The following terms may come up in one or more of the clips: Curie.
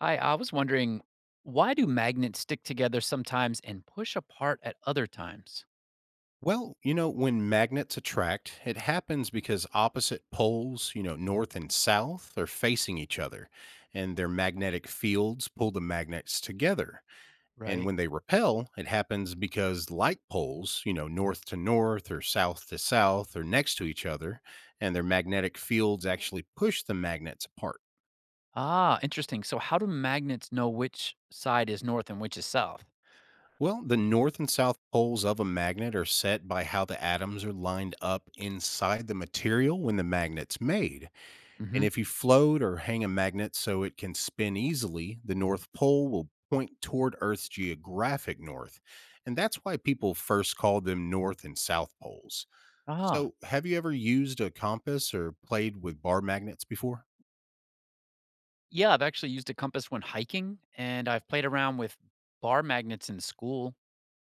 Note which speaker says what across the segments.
Speaker 1: Hi, I was wondering, why do magnets stick together sometimes and push apart at other times?
Speaker 2: Well, you know, when magnets attract, it happens because opposite poles, you know, north and south, are facing each other, and their magnetic fields pull the magnets together. And
Speaker 1: Right.
Speaker 2: when they repel, it happens because like poles, you know, north to north or south to south are next to each other, and their magnetic fields actually push the magnets apart.
Speaker 1: Ah, interesting. So how do magnets know which side is north and which is south?
Speaker 2: Well, the north and south poles of a magnet are set by how the atoms are lined up inside the material when the magnet's made.
Speaker 1: Hmm.
Speaker 2: And if you float or hang a magnet so it can spin easily, the North Pole will point toward Earth's geographic north. And that's why people first called them North and South Poles.
Speaker 1: Ah,
Speaker 2: So, have you ever used a compass or played with bar magnets before?
Speaker 1: yeah, I've actually used a compass when hiking and I've played around with bar magnets in school.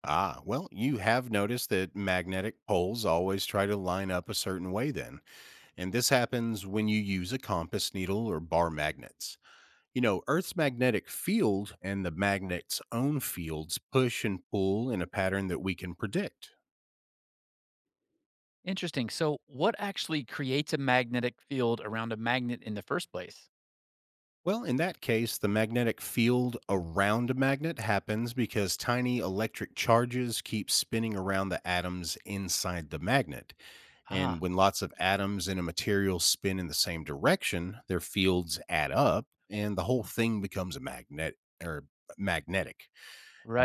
Speaker 2: Ah, well, you have noticed that magnetic poles always try to line up a certain way, then. And this happens when you use a compass needle or bar magnets. You know, Earth's magnetic field and the magnet's own fields push and pull in a pattern that we can predict.
Speaker 1: Interesting. So what actually creates a magnetic field around a magnet in the first place?
Speaker 2: Well, in that case, the magnetic field around a magnet happens because tiny electric charges keep spinning around the atoms inside the magnet. And
Speaker 1: Ah,
Speaker 2: when lots of atoms in a material spin in the same direction, their fields add up and the whole thing becomes a magnet or magnetic.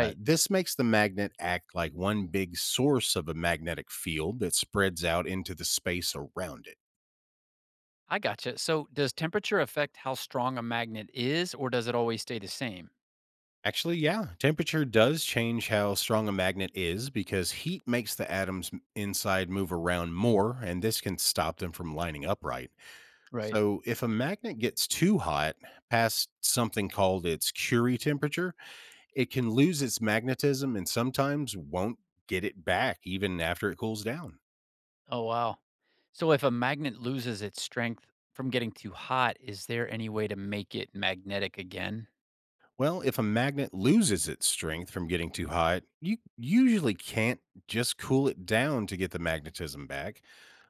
Speaker 2: This makes the magnet act like one big source of a magnetic field that spreads out into the space around it.
Speaker 1: I gotcha. So does temperature affect how strong a magnet is or does it always stay the same?
Speaker 2: Actually, yeah, temperature does change how strong a magnet is because heat makes the atoms inside move around more, and this can stop them from lining up right.
Speaker 1: Right.
Speaker 2: So, if a magnet gets too hot past something called its Curie temperature, it can lose its magnetism and sometimes won't get it back even after it cools down.
Speaker 1: Oh, wow. So if a magnet loses its strength from getting too hot, is there any way to make it magnetic again?
Speaker 2: Well, if a magnet loses its strength from getting too hot, you usually can't just cool it down to get the magnetism back.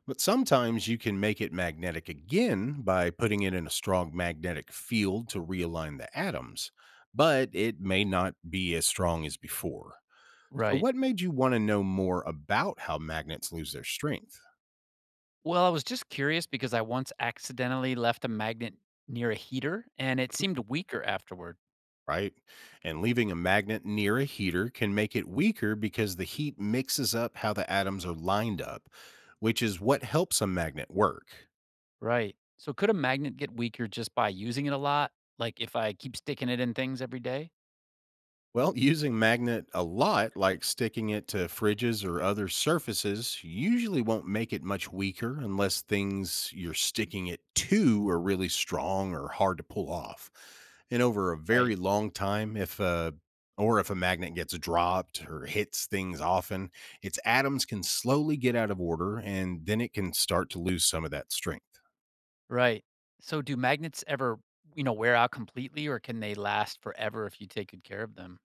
Speaker 2: But sometimes you can make it magnetic again by putting it in a strong magnetic field to realign the atoms, but it may not be as strong as before. So,
Speaker 1: Right.
Speaker 2: what made you want to know more about how magnets lose their strength?
Speaker 1: Well, I was just curious because I once accidentally left a magnet near a heater and it seemed weaker afterward.
Speaker 2: Right? And leaving a magnet near a heater can make it weaker because the heat mixes up how the atoms are lined up, which is what helps a magnet work.
Speaker 1: Right. So could a magnet get weaker just by using it a lot? Like if I keep sticking it in things every day?
Speaker 2: Well, using magnet a lot, like sticking it to fridges or other surfaces, usually won't make it much weaker unless things you're sticking it to are really strong or hard to pull off. And over a
Speaker 1: Right.
Speaker 2: very long time, if a or if a magnet gets dropped or hits things often, its atoms can slowly get out of order and then it can start to lose some of that strength.
Speaker 1: Right. So do magnets ever, wear out completely, or can they last forever if you take good care of them?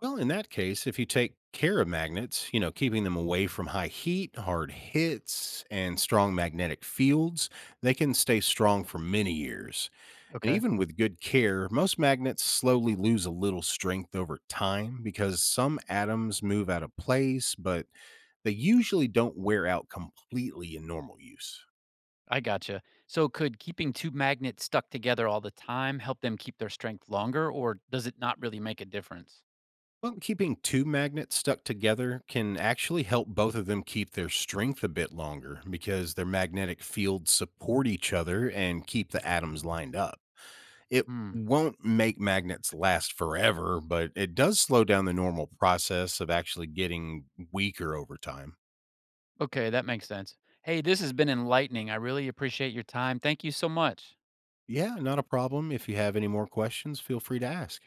Speaker 2: Well, in that case, if you take care of magnets, you know, keeping them away from high heat, hard hits, and strong magnetic fields, they can stay strong for many years. And
Speaker 1: Okay.
Speaker 2: even with good care, most magnets slowly lose a little strength over time because some atoms move out of place, but they usually don't wear out completely in normal use.
Speaker 1: I gotcha. So, could keeping two magnets stuck together all the time help them keep their strength longer, or does it not really make a difference?
Speaker 2: Well, keeping two magnets stuck together can actually help both of them keep their strength a bit longer because their magnetic fields support each other and keep the atoms lined up. It
Speaker 1: Hmm.
Speaker 2: won't make magnets last forever, but it does slow down the normal process of actually getting weaker over time.
Speaker 1: Okay, that makes sense. Hey, this has been enlightening. I really appreciate your time. Thank you so much.
Speaker 2: Yeah, not a problem. If you have any more questions, feel free to ask.